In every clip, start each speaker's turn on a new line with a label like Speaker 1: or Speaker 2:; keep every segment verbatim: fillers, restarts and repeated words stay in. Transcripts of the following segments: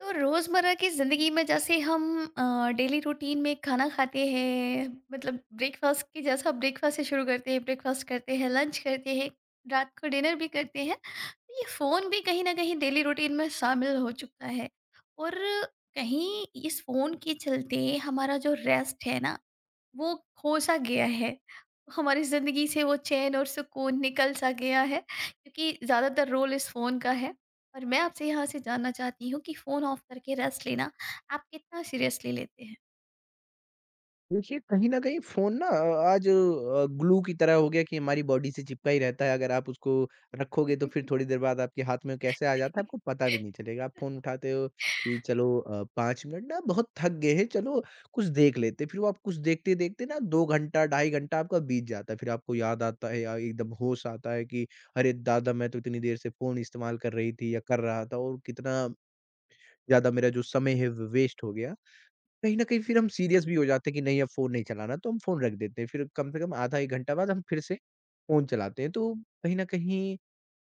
Speaker 1: तो रोज़मर्रा की ज़िंदगी में जैसे हम डेली रूटीन में खाना खाते हैं, मतलब ब्रेकफास्ट के जैसा, ब्रेकफास्ट से शुरू करते हैं, ब्रेकफास्ट करते हैं, लंच करते हैं, रात को डिनर भी करते हैं। तो ये फ़ोन भी कहीं ना कहीं डेली रूटीन में शामिल हो चुका है। और कहीं इस फ़ोन के चलते हमारा जो रेस्ट है ना, वो खो सा गया है। हमारी ज़िंदगी से वो चैन और सुकून निकल सा गया है, क्योंकि ज़्यादातर रोल इस फ़ोन का है। और मैं आपसे यहाँ से जानना चाहती हूँ कि फ़ोन ऑफ करके रेस्ट लेना आप कितना सीरियसली लेते हैं?
Speaker 2: देखिए, कहीं न कहीं फ़ोन ना आज अ, ग्लू की तरह हो गया कि हमारी बॉडी से चिपका ही रहता है। अगर आप उसको रखोगे तो फिर थोड़ी देर बाद आपके हाथ में कैसे आ जाता है, आपको पता भी नहीं चलेगा। आप फ़ोन उठाते हो कि चलो अ, पाँच मिनट ना बहुत थक गए हैं, चलो कुछ देख लेते हैं। फिर वो आप कुछ देखते-देखते ना दो घंटा, ढाई घंटा आपका बीत जाता है। फिर आपको याद आता है या एकदम होश आता है कि अरे! दादा, मैं तो इतनी देर से फ़ोन इस्तेमाल कर रही थी या कर रहा था और कितना ज़्यादा मेरा जो समय है व वेस्ट हो गया। कहीं न कहीं फिर हम सीरियस भी हो जाते हैं कि नहीं, अब फ़ोन नहीं चलाना, तो हम फ़ोन रख देते हैं। फिर कम से कम आधा एक घंटा बाद हम फिर से फ़ोन चलाते हैं। तो कहीं न कहीं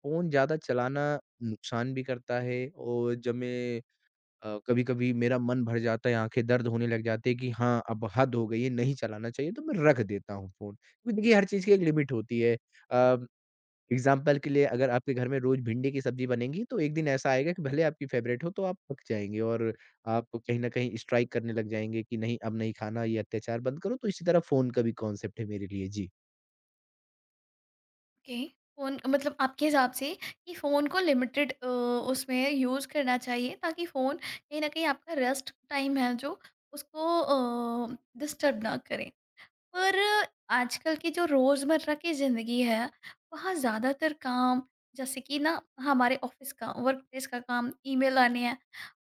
Speaker 2: फ़ोन ज़्यादा चलाना नुकसान भी करता है। और जब मैं अ, कभी-कभी मेरा मन भर जाता है, आँखें दर्द होने लग जाती है कि हाँ, अब हद हो गई है, नहीं चलाना चाहिए, तो मैं रख देता हूँ फ़ोन। क्योंकि देखिए हर चीज़ की एक लिमिट होती है। अ एग्ज़ाम्पल के लिए अगर आपके घर में रोज़ भिंडी की सब्ज़ी बनेगी, तो एक दिन ऐसा आएगा कि भले आपकी फ़ेवरेट हो, तो आप पक जाएँगे और आप कहीं न कहीं स्ट्राइक करने लग जाएँगे कि नहीं, अब नहीं खाना, ये अत्याचार बंद करो। तो इसी तरह फ़ोन का भी कॉन्सेप्ट है मेरे लिए। जी।
Speaker 1: ओके। फ़ोन मतलब आपके हिसाब से, कि फ़ोन को लिमिटेड अ, उसमें यूज़ करना चाहिए, ताकि फ़ोन कहीं न कहीं आपका रेस्ट टाइम है जो उसको अ, डिस्टर्ब ना करे। पर आजकल की जो रोज़मर्रा की ज़िंदगी है, वहाँ ज़्यादातर काम, जैसे कि ना हमारे ऑफ़िस का, वर्क प्लेस का काम, ईमेल आने हैं,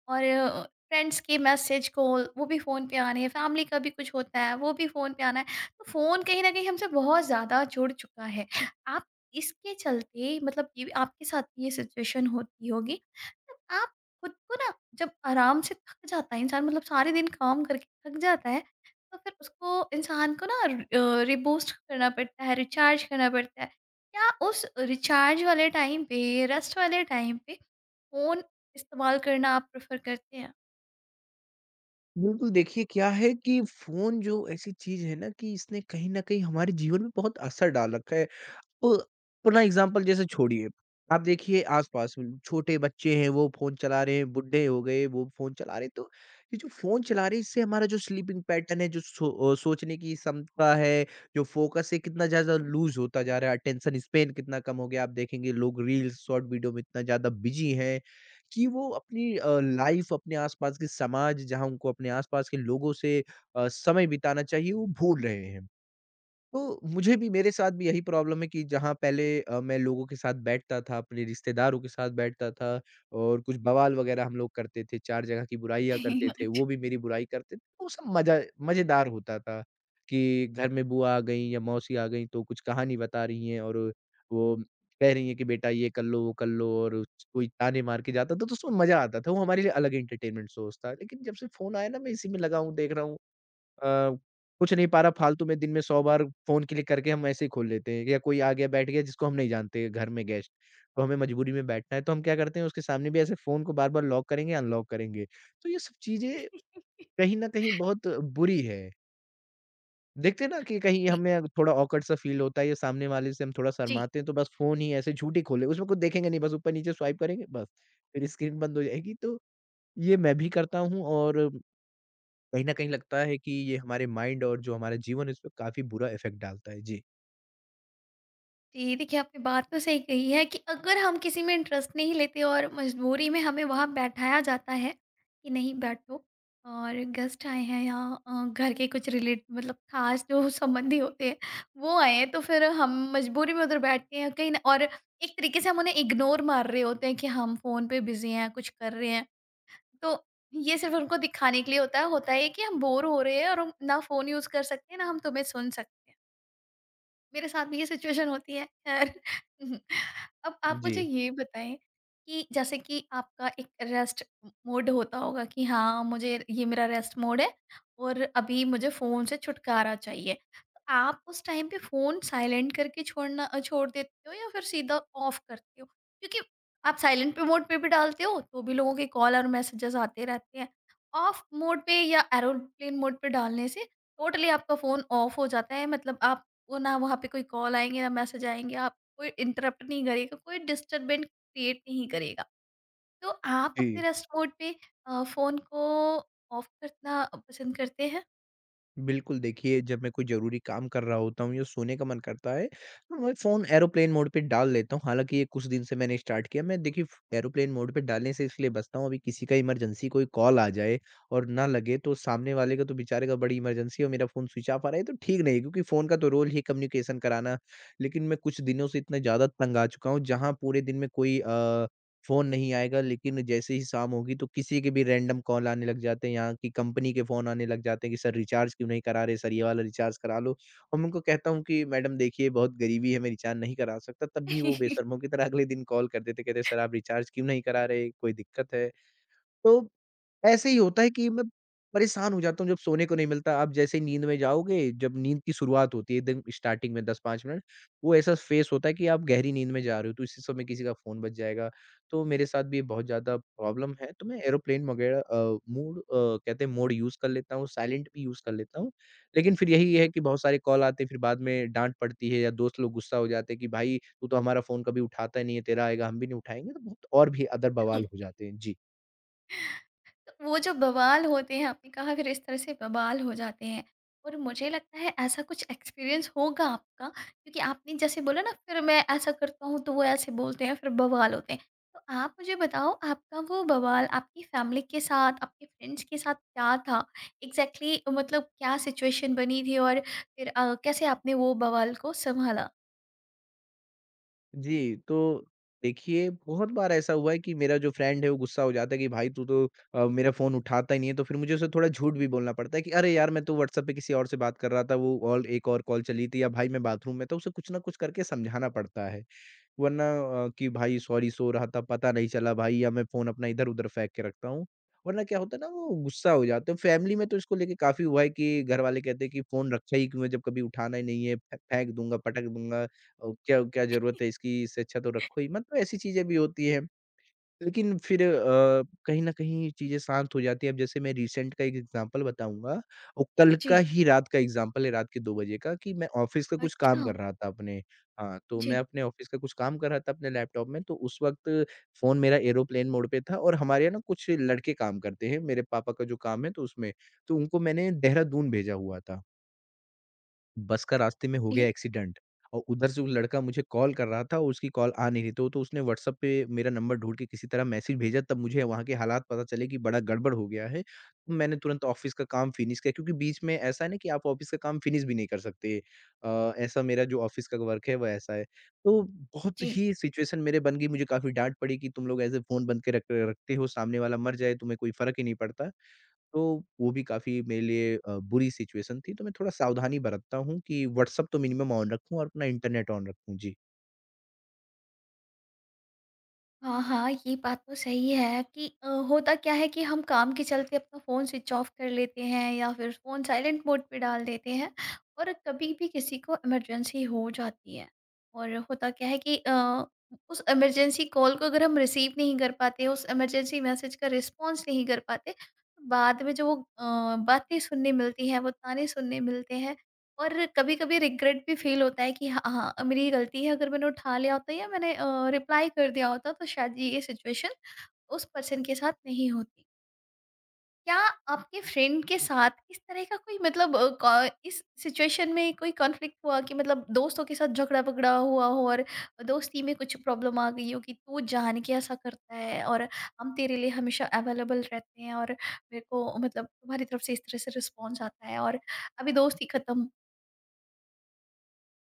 Speaker 1: और अ, फ्रेंड्स के मैसेज, कॉल वो भी फ़ोन पे आने हैं, फ़ैमिली का भी कुछ होता है, वो भी फ़ोन पे आना है। तो फ़ोन कहीं न कहीं हमसे बहुत ज़्यादा जुड़ चुका है। आप, इसके चलते मतलब ये आपके साथ भी ये सिचुएशन होती होगी, तो आप खुद को ना, जब आराम से थक जाता है इंसान, मतलब सारे दिन काम करके थक जाता है, तो फिर उसको इंसान को ना र रीबूस्ट करना पड़ता है, रिचार्ज करना पड़ता है। क्या उस रिचार्ज वाले टाइम पे, रेस्ट वाले टाइम पे फ़ोन इस्तेमाल करना आप प्रेफ़र करते हैं?
Speaker 2: बिल्कुल, देखिए क्या है कि फ़ोन जो ऐसी चीज़ है ना, कि इसने कहीं न कहीं हमारे जीवन में बहुत असर डाल रखा है। तो अपना एग्जाम्पल जैसे छोड़िए। आप देखिए आस-पास में छोटे बच्चे हैं, वो फ़ोन चला रहे हैं, बुड्ढे हो गए, वो फ़ोन चला रहे हैं। तो ये जो फ़ोन चला रहे हैं, इससे हमारा जो स्लीपिंग पैटर्न है, जो सो अ, सोचने की क्षमता है, जो फ़ोकस है, कितना ज़्यादा लूज़ होता जा रहा है, अटेंशन स्पैन कितना कम हो गया। आप देखेंगे लोग रील्स, शॉर्ट वीडियो में इतना ज़्यादा बिज़ी हैं कि वो अपनी अ, लाइफ़, अपने आस-पास के समाज, जहाँ उनको अपने आस-पास के लोगों से अ, समय बिताना चाहिए, वो भूल रहे हैं। तो मुझे भी, मेरे साथ भी यही प्रॉब्लम है कि जहाँ पहले अ, मैं लोगों के साथ बैठता था, अपने रिश्तेदारों के साथ बैठता था और कुछ बवाल वगैरह हम लोग करते थे, चार जगह की बुराइयाँ करते थे, वो भी मेरी बुराई करते थे, तो वो सब मज़ा, मज़ेदार होता था कि घर में बुआ आ गईं या मौसी आ गईं तो कुछ कहानी बता रही हैं और वो कह रही हैं कि बेटा ये कर लो, वो कर लो और उस- कोई ताने मार के जाता था, तो उसमें मज़ा आता था, वो हमारे लिए अलग एंटरटेनमेंट सोर्स था। लेकिन जब से फ़ोन आया ना, मैं इसी में लगा हूँ, देख रहा हूँ अ, कुछ नहीं पा रहा, फालतू में दिन में सौ बार फ़ोन क्लिक करके हम ऐसे ही खोल लेते हैं, या कोई आ गया, बैठ गया जिसको हम नहीं जानते, घर में गेस्ट, तो हमें मजबूरी में बैठना है, तो हम क्या करते हैं, उसके सामने भी ऐसे फ़ोन को बार-बार लॉक करेंगे, अनलॉक करेंगे। तो ये सब चीज़ें कहीं न कहीं बहुत बुरी है। देखते हैं ना कि कहीं
Speaker 1: जी,
Speaker 2: हमें अगर थोड़ा ऑकवर्ड सा फ़ील होता है या सामने वाले से हम थोड़ा
Speaker 1: जी।
Speaker 2: शर्माते हैं, तो बस फ़ोन ही ऐसे झूठी खोले, उसमें कुछ देखेंगे नहीं, बस ऊपर-नीचे स्वाइप करेंगे बस, फिर स्क्रीन बंद हो जाएगी। तो ये मैं भी करता हूँ और कहीं न कहीं लगता है कि ये हमारे माइंड और जो हमारा जीवन है, उसपे काफ़ी बुरा इफ़ेक्ट डालता है। जी।
Speaker 1: जी, देखिए, आपने बात तो सही कही है कि अगर हम किसी में इंटरेस्ट नहीं लेते और मजबूरी में हमें वहाँ बैठाया जाता है कि नहीं बैठो, और गेस्ट आए हैं या अ, घर के कुछ रिलेट मतलब खास जो संबंधी होते हैं, वो आए हैं तो फिर हम मजबूरी में उधर बैठते हैं कहीं ना, और एक तरीके से हम उन्हें इग्नोर मार रहे होते हैं कि हम फ़ोन पे बिजी हैं कुछ कर रहे हैं। तो ये सिर्फ उनको दिखाने के लिए होता है होता है कि हम बोर हो रहे हैं, और हम ना फ़ोन यूज़ कर सकते हैं, ना हम तुम्हें सुन सकते हैं। मेरे साथ भी ये सिचुएशन होती है, खैर। अब आप
Speaker 2: जी।
Speaker 1: मुझे ये बताएं, कि जैसे कि आपका एक रेस्ट मोड होता होगा कि हाँ, मुझे ये मेरा रेस्ट मोड है, और अभी मुझे फ़ोन से छुटकारा चाहिए। तो आप उस टाइम पे फ़ोन साइलेंट करके छोड़ना अ, छोड़ देते हो, या फिर सीधा ऑफ करते हो? क्योंकि आप साइलेंट पे मोड पे भी डालते हो, तो भी लोगों के कॉल और मैसेजेस आते रहते हैं। ऑफ मोड पे या एरोप्लेन मोड पे डालने से टोटली आपका फ़ोन ऑफ हो जाता है, मतलब आप वो ना, वहाँ पे कोई कॉल आएँगे, ना मैसेज आएँगे, आप कोई इंटरप्ट नहीं करेगा, कोई डिस्टरबेंस क्रिएट नहीं करेगा। तो आप अपने
Speaker 2: जी।
Speaker 1: रेस्ट मोड पे अ, फ़ोन को ऑफ करना पसंद करते हैं?
Speaker 2: बिल्कुल, देखिए जब मैं कोई ज़रूरी काम कर रहा होता हूँ या सोने का मन करता है, तो मैं फ़ोन एयरोप्लेन मोड पे डाल लेता हूँ। हालाँकि ये कुछ दिन से मैंने स्टार्ट किया। मैं देखिए फ़ एयरोप्लेन मोड पे डालने से इसलिए बचता हूँ, अभी किसी का इमरजेंसी कोई कॉल आ जाए और ना लगे, तो सामने वाले का, तो बेचारे का बड़ी इमरजेंसी है और मेरा फ़ोन स्विच ऑफ आ रहा है, ये तो ठीक नहीं है, क्योंकि फ़ोन का तो रोल ही कम्युनिकेशन कराना। लेकिन मैं कुछ दिनों से इतना ज़्यादा तंग आ चुका हूँ, जहाँ पूरे दिन में कोई अ फ़ोन नहीं आएगा, लेकिन जैसे ही शाम होगी तो किसी के भी रैंडम कॉल आने लग जाते हैं, यहाँ की कंपनी के फ़ोन आने लग जाते हैं कि सर, रिचार्ज क्यों नहीं करा रहे? सर, ये वाला रिचार्ज करा लो। और मैं उनको कहता हूँ कि मैडम देखिए बहुत गरीबी है, मैं रिचार्ज नहीं करा सकता, तब भी वो बेशर्मों की तरह अगले दिन कॉल कर देते, कहते सर आप रिचार्ज क्यों नहीं करा रहे? कोई दिक्कत है? तो ऐसे ही होता है कि मैं परेशान हो जाता हूँ, जब सोने को नहीं मिलता। आप जैसे ही नींद में जाओगे, जब नींद की शुरुआत होती है एकदम स्टार्टिंग में दस पाँच मिनट, वो ऐसा फेस होता है कि आप गहरी नींद में जा रहे हो, तो इसी समय किसी का फ़ोन बज जाएगा। तो मेरे साथ भी ये बहुत ज़्यादा प्रॉब्लम है, तो मैं एरोप्लेन वगैरह अ, मूड अ, कहते हैं मोड यूज़ कर लेता हूँ, साइलेंट भी यूज़ कर लेता हूँ। लेकिन फिर यही है कि बहुत सारे कॉल आते हैं, फिर बाद में डाँट पड़ती है या दोस्त लोग गुस्सा हो जाते हैं कि, "भाई, तू तो हमारा फ़ोन कभी उठाता ही नहीं है, तेरा आएगा हम भी नहीं उठाएँगे।" तो बहुत और भी अदर
Speaker 1: Okay.
Speaker 2: बवाल हो जाते हैं। जी।
Speaker 1: तो वो जो बवाल होते हैं, आपने कहा फिर इस तरह से बवाल हो जाते हैं, और मुझे लगता है ऐसा कुछ एक्सपीरियंस होगा आपका, क्योंकि आपने जैसे बोला ना, फिर मैं ऐसा करता हूँ तो वो ऐसे बोलते हैं, फिर बवाल होते हैं। तो आप मुझे बताओ, आपका वो बवाल आपकी फैमिली के साथ, आपके फ्रेंड्स के साथ क्या था एग्जैक्टली exactly, मतलब क्या सिचुएशन बनी थी, और फिर अ, कैसे आपने वो बवाल को संभाला।
Speaker 2: जी, तो देखिए बहुत बार ऐसा हुआ है कि मेरा जो फ्रेंड है, वो गुस्सा हो जाता है कि भाई तू तो अ, मेरा फ़ोन उठाता ही नहीं है, तो फिर मुझे उसे थोड़ा झूठ भी बोलना पड़ता है कि अरे यार, मैं तो व्हाट्सएप पे किसी और से बात कर रहा था, वो और एक और कॉल चली थी, या भाई मैं बाथरूम में, तो उसे कुछ ना कुछ करके समझाना पड़ता है। वरना अ, कि भाई सॉरी, सो रहा था, पता नहीं चला भाई, या मैं फ़ोन अपना इधर-उधर फेंक के रखता हूँ। वरना क्या होता है ना, वो गुस्सा हो जाते हैं। फैमिली में तो इसको लेके काफ़ी हुआ है कि घरवाले कहते हैं कि फ़ोन रखा ही क्यों है, जब कभी उठाना ही नहीं है, फे फेंक दूँगा, पटक दूँगा और क्या क्या ज़रूरत है इसकी, इससे अच्छा तो रखो ही मत। तो ऐसी चीज़ें भी होती हैं। लेकिन फिर अ, कहीं न कहीं चीज़ें शांत हो जाती हैं। अब जैसे मैं रिसेंट का एक एग्ज़ाम्पल बताऊँगा, और कल
Speaker 1: जी।
Speaker 2: का ही रात का एग्ज़ाम्पल है, रात के दो बजे का, कि मैं ऑफ़िस का कुछ
Speaker 1: अच्छा।
Speaker 2: काम कर रहा था अपने। हाँ, तो मैं
Speaker 1: जी।
Speaker 2: अपने ऑफ़िस का कुछ काम कर रहा था अपने लैपटॉप में, तो उस वक़्त फ़ोन मेरा एयरोप्लेन मोड पे था, और हमारे यहाँ ना कुछ लड़के काम करते हैं, मेरे पापा का जो काम है तो उसमें। तो उनको मैंने देहरादून भेजा हुआ था। बस का रास्ते में हो गया
Speaker 1: जी।
Speaker 2: एक्सीडेंट, और उधर से वो लड़का मुझे कॉल कर रहा था और उसकी कॉल आ नहीं रही, तो तो उसने व्हाट्सएप पे मेरा नंबर ढूँढ के किसी तरह मैसेज भेजा, तब मुझे वहाँ के हालात पता चले कि बड़ा गड़बड़ हो गया है। तो मैंने तुरंत ऑफ़िस का काम फ़िनिश किया क्योंकि बीच में ऐसा है ना कि आप ऑफ़िस का काम फ़िनिश भी नहीं कर सकते। अ, ऐसा मेरा जो ऑफ़िस का वर्क है, वो ऐसा है। तो बहुत
Speaker 1: जी।
Speaker 2: ही सिचुएशन मेरे बन गई, मुझे काफ़ी डाँट पड़ी कि तुम लोग ऐसे फ़ोन बंद के रख रखते हो, सामने वाला मर जाए तुम्हें कोई फ़र्क ही नहीं पड़ता। तो वो भी काफ़ी मेरे लिए अ, बुरी सिचुएशन थी, तो मैं थोड़ा सावधानी बरतता हूँ कि व्हाट्सएप तो मिनिमम ऑन रखूँ और अपना इंटरनेट ऑन रखूँ। जी।
Speaker 1: हाँ, हाँ, ये बात तो सही है कि अ, होता क्या है कि हम काम के चलते अपना फ़ोन स्विच ऑफ कर लेते हैं, या फिर फ़ोन साइलेंट मोड पे डाल देते हैं, और कभी भी किसी को इमरजेंसी हो जाती है। और होता क्या है कि अ, उस इमरजेंसी कॉल को अगर हम रिसीव नहीं कर पाते, उस इमरजेंसी मैसेज का रिस्पॉन्स नहीं कर पाते, तो बाद में जो वो अ, बातें सुनने मिलती हैं, वो ताने सुनने मिलते हैं। और कभी-कभी रिग्रेट भी फ़ील होता है कि हाँ, हाँ, मेरी गलती है, अगर मैंने उठा लिया होता या मैंने अ, रिप्लाई कर दिया होता, तो शायद ये सिचुएशन उस पर्सन के साथ नहीं होती। क्या आपके फ्रेंड के साथ इस तरह का कोई मतलब अ, क इस सिचुएशन में कोई कॉन्फ्लिक्ट हुआ, कि मतलब दोस्तों के साथ झगड़ा-पगड़ा हुआ हो, और दोस्ती में कुछ प्रॉब्लम आ गई हो कि तू जान के ऐसा करता है, और हम तेरे लिए हमेशा अवेलेबल रहते हैं, और मेरे को मतलब तुम्हारी तरफ से इस तरह से रिस्पॉन्स आता है, और अभी दोस्ती खत्म।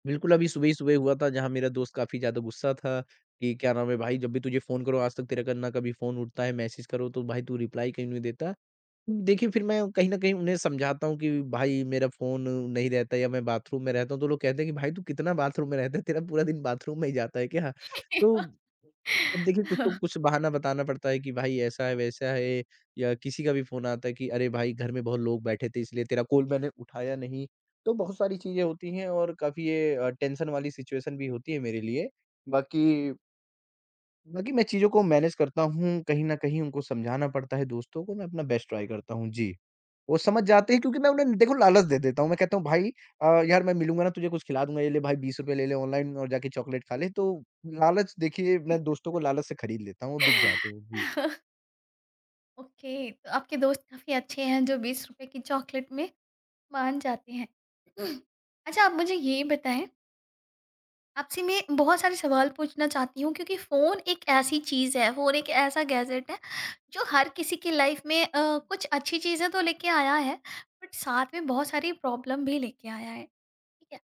Speaker 2: बिल्कुल, अभी सुबह ही सुबह हुआ था जहाँ मेरा दोस्त काफ़ी ज़्यादा गुस्सा था कि क्या नाम है, भाई जब भी तुझे फ़ोन करो आज तक तेरा का ना कभी फ़ोन उठता है, मैसेज करो तो भाई तू रिप्लाई क्यों नहीं देता? देखिए, फिर मैं कहीं न कहीं उन्हें समझाता हूँ कि भाई मेरा फ़ोन नहीं रहता या मैं बाथरूम में रहता हूँ, तो लोग कहते हैं कि भाई तू कितना बाथरूम में रहता है? तेरा पूरा दिन बाथरूम में ही जाता है क्या? तो अब देखिए, कुछ तो कुछ बहाना बताना पड़ता है कि भाई ऐसा है, वैसा है, या किसी का भी फ़ोन आता है कि अरे भाई घर में बहुत लोग बैठे थे, इसलिए तेरा कॉल मैंने उठाया नहीं। तो बहुत सारी चीज़ें होती हैं और काफ़ी ये अ, टेंशन वाली सिचुएशन भी होती है मेरे लिए। बाकी बाकी मैं चीज़ों को मैनेज करता हूँ, कहीं न कहीं उनको समझाना पड़ता है दोस्तों को, मैं अपना बेस्ट ट्राई करता हूँ, जी। वो समझ जाते हैं, क्योंकि मैं उन्हें देखो लालच दे देता हूँ, मैं कहता हूँ भाई अ, यार मैं मिलूँगा ना तुझे कुछ खिला दूँगा, ये ले भाई बीस रुपए ले ले ऑनलाइन और जाके चॉकलेट खा ले, तो लालच देखिए मैं दोस्तों को लालच से खरीद लेता हूँ, वो बिक जाते हैं, जी।
Speaker 1: ओके, तो आपके दोस्त काफ़ी अच्छे हैं जो बीस रुपए की चॉकलेट में मान जाते हैं। अच्छा, आप मुझे ये बताएँ, आपसे मैं बहुत सारे सवाल पूछना चाहती हूँ, क्योंकि फ़ोन एक ऐसी चीज़ है, फ़ोन एक ऐसा गैजेट है जो हर किसी की लाइफ में अ, कुछ अच्छी चीज़ें तो लेके आया है, बट साथ में बहुत सारी प्रॉब्लम भी लेके आया है। ठीक है।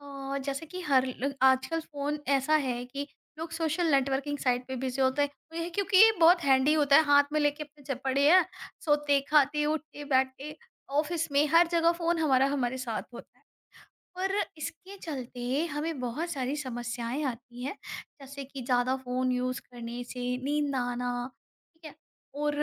Speaker 1: अ, जैसे कि हर ल आजकल फ़ोन ऐसा है कि लोग सोशल नेटवर्किंग साइट पे बिज़ी होते हैं। वो ये, क्योंकि ये बहुत हैंडी होता है, हाथ में लेके अपने जब पड़े हैं, सोते, खाते, उठते, बैठते, ऑफ़िस में हर जगह फ़ोन हमारा हमारे साथ होता है। और इसके चलते हमें बहुत सारी समस्याएँ आती हैं, जैसे कि ज़्यादा फ़ोन यूज़ करने से नींद आना, ठीक है? और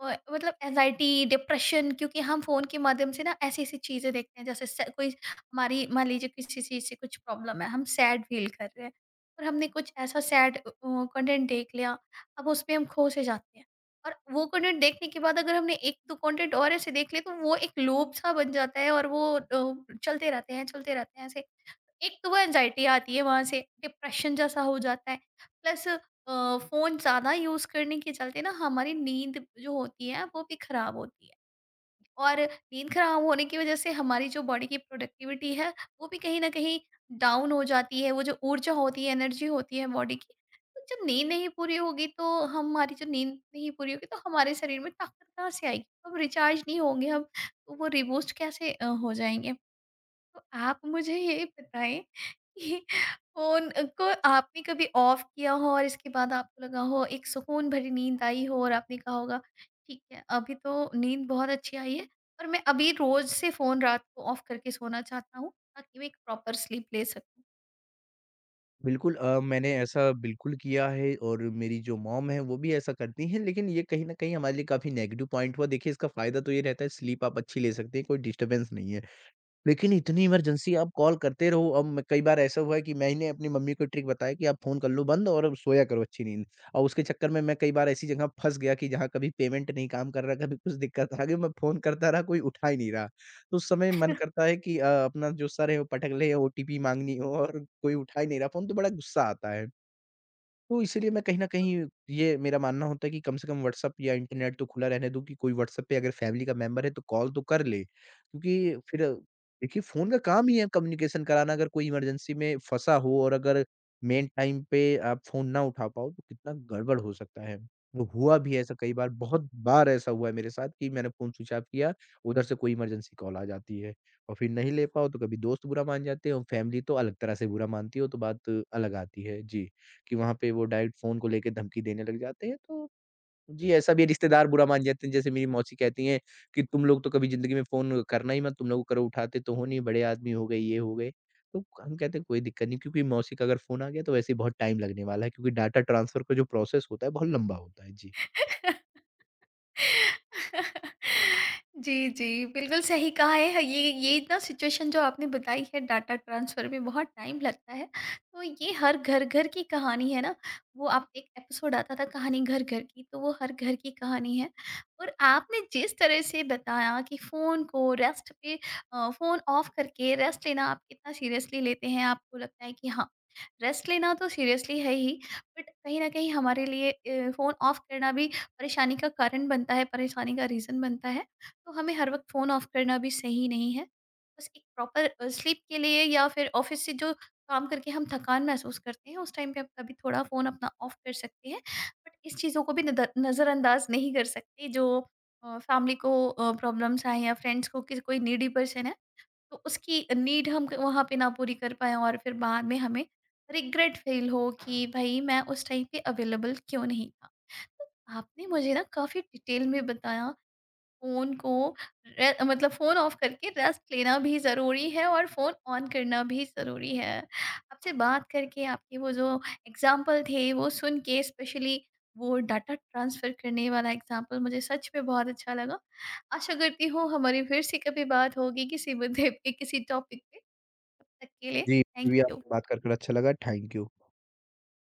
Speaker 1: अ, मतलब एंग्ज़ायटी, डिप्रेशन, क्योंकि हम फ़ोन के माध्यम से ना ऐसी-ऐसी चीज़ें देखते हैं, जैसे स कोई, हमारी मान लीजिए किसी चीज़ से कुछ प्रॉब्लम है, हम सैड फ़ील कर रहे हैं, और हमने कुछ ऐसा सैड अ, कंटेंट देख लिया, अब उसमें हम खो से जाते हैं। और वो कंटेंट देखने के बाद अगर हमने एक दो कंटेंट और ऐसे देख लिए, तो वो एक लूप सा बन जाता है, और वो अ, चलते रहते हैं, चलते रहते हैं ऐसे। एक तो वो एंग्ज़ायटी आती है वहाँ से, डिप्रेशन जैसा हो जाता है। प्लस अ, फ़ोन ज़्यादा यूज़ करने के चलते ना हमारी नींद जो होती है वो भी खराब होती है। और नींद खराब होने की वजह से हमारी जो बॉडी की प्रोडक्टिविटी है, वो भी कहीं न कहीं डाउन हो जाती है, वो जो ऊर्जा होती है, एनर्जी होती है बॉडी की, तो जब नींद नहीं पूरी होगी, तो हमारी जो नींद नहीं पूरी होगी तो हमारे शरीर में ताकत कहाँ से आएगी? हम रिचार्ज नहीं होंगे, हम तो वो रीबूस्ट कैसे अ, हो जाएँगे? तो आप मुझे ये बताएं, कि फ़ोन को आपने कभी ऑफ किया हो और इसके बाद आपको लगा हो एक सुकून भरी नींद आई हो, और आपने कहा होगा, ठीक है अभी तो नींद बहुत अच्छी आई है, और मैं अभी रोज से फ़ोन रात को ऑफ करके सोना चाहता हूँ ताकि मैं एक प्रॉपर स्लीप ले सकूँ।
Speaker 2: बिल्कुल अ, मैंने ऐसा बिल्कुल किया है और मेरी जो मॉम है वो भी ऐसा करती हैं, लेकिन ये कहीं न कहीं हमारे लिए काफ़ी नेगेटिव पॉइंट हुआ, देखिए इसका फ़ायदा तो ये रहता है, स्लीप आप अच्छी ले सकते हैं, कोई डिस्टर्बेंस नहीं है। लेकिन इतनी इमरजेंसी आप कॉल करते रहो, अब मैं, कई बार ऐसा हुआ है कि मैंने अपनी मम्मी को ट्रिक बताया कि आप फ़ोन कर लो बंद और अब सोया करो अच्छी नींद। और उसके चक्कर में मैं कई बार ऐसी जगह फँस गया कि जहाँ कभी पेमेंट नहीं काम कर रहा, कभी कुछ दिक्कत आ गई, मैं फ़ोन करता रहा, कोई उठा ही नहीं रहा। तो उस समय मन करता है कि अ, अपना जो सर है वो पटक ले, ओटीपी माँगनी हो और कोई उठा ही नहीं रहा फ़ोन, तो बड़ा गुस्सा आता है। तो इसीलिए मैं कहीं न कहीं, ये मेरा मानना होता है कि कम से कम व्हाट्सएप या इंटरनेट तो खुला रहने दूँ, कि कोई व्हाट्सएप पे अगर फैमिली का मेंबर है तो कॉल तो कर ले। क्योंकि फिर देखिए फ़ोन का काम ही है कम्युनिकेशन कराना, अगर कोई इमरजेंसी में फँसा हो और अगर मेन टाइम पे आप फ़ोन ना उठा पाओ तो कितना गड़बड़ हो सकता है। वो हुआ भी है ऐसा कई बार, बहुत बार ऐसा हुआ है मेरे साथ कि मैंने फ़ोन स्विच ऑफ किया, उधर से कोई इमरजेंसी कॉल आ जाती है और फिर नहीं ले पाओ तो कभी दोस्त बुरा मान जाते हैं, और फैमिली तो अलग तरह से बुरा मानती है, वो तो बात अलग आती है। जी। कि वहाँ पे वो डायरेक्ट फ़ोन को लेके धमकी देने लग जाते हैं, तो जी, ऐसा भी है, रिश्तेदार बुरा मान जाते हैं। जैसे मेरी मौसी कहती हैं कि तुम लोग तो कभी ज़िंदगी में फ़ोन करना ही मत, तुम लोग करो, उठाते तो हो नहीं, बड़े आदमी हो गए, ये हो गए। तो हम कहते हैं कोई दिक्कत नहीं, क्योंकि मौसी का अगर फ़ोन आ गया तो वैसे ही बहुत टाइम लगने वाला है, क्योंकि डाटा ट्रांसफ़र का जो प्रोसेस होता है बहुत लंबा होता है। जी।
Speaker 1: जी, जी, बिल्कुल सही कहा है। हाँ, ये ये ना सिचुएशन जो आपने बताई है, डाटा ट्रांसफ़र में बहुत टाइम लगता है। तो ये हर घर-घर की कहानी है ना, वो आप एक एपिसोड आता था कहानी घर-घर की, तो वो हर घर की कहानी है। और आपने जिस तरह से बताया कि फ़ोन को रेस्ट पे अ, फ़ोन ऑफ करके रेस्ट लेना आप कितना सीरियसली लेते हैं, आपको लगता है कि हाँ, रेस्ट लेना तो सीरियसली है ही, बट कहीं न कहीं हमारे लिए अ, फ़ोन ऑफ करना भी परेशानी का कारण बनता है, परेशानी का रीज़न बनता है, तो हमें हर वक़्त फ़ोन ऑफ करना भी सही नहीं है। बस एक प्रॉपर अ, स्लीप के लिए, या फिर ऑफ़िस से जो काम करके हम थकान महसूस करते हैं, उस टाइम पे हम कभी थोड़ा फ़ोन अपना ऑफ कर सकते हैं। बट इस चीज़ों को भी नद नज़रअंदाज़ नहीं कर सकते, जो अ, फ़ैमिली को अ, प्रॉब्लम्स आएँ या फ्रेंड्स को, किसी, कोई नीडी पर्सन है, तो उसकी नीड हम क वहाँ पे ना पूरी कर पाएँ, और फिर बाद में हमें रिग्रेट फ़ील हो कि भई मैं उस टाइम पे अवेलेबल क्यों नहीं था। आपने मुझे ना काफ़ी डिटेल में बताया, फ़ोन को रे मतलब फ़ोन ऑफ करके रेस्ट लेना भी ज़रूरी है, और फ़ोन ऑन करना भी ज़रूरी है। आपसे बात करके आपके वो जो एग्ज़ाम्पल थे वो सुन के, स्पेशली वो डाटा ट्रांसफ़र करने वाला एग्ज़ाम्पल, मुझे सच में बहुत अच्छा लगा। आशा करती हूँ हमारी फिर से कभी बात होगी किसी मुद्दे पे, किसी टॉपिक पे। तब तक के लिए
Speaker 2: जी, मुझे
Speaker 1: थैंक
Speaker 2: भी
Speaker 1: यू।
Speaker 2: आपसे बात कर कर अच्छा लगा। Thank you.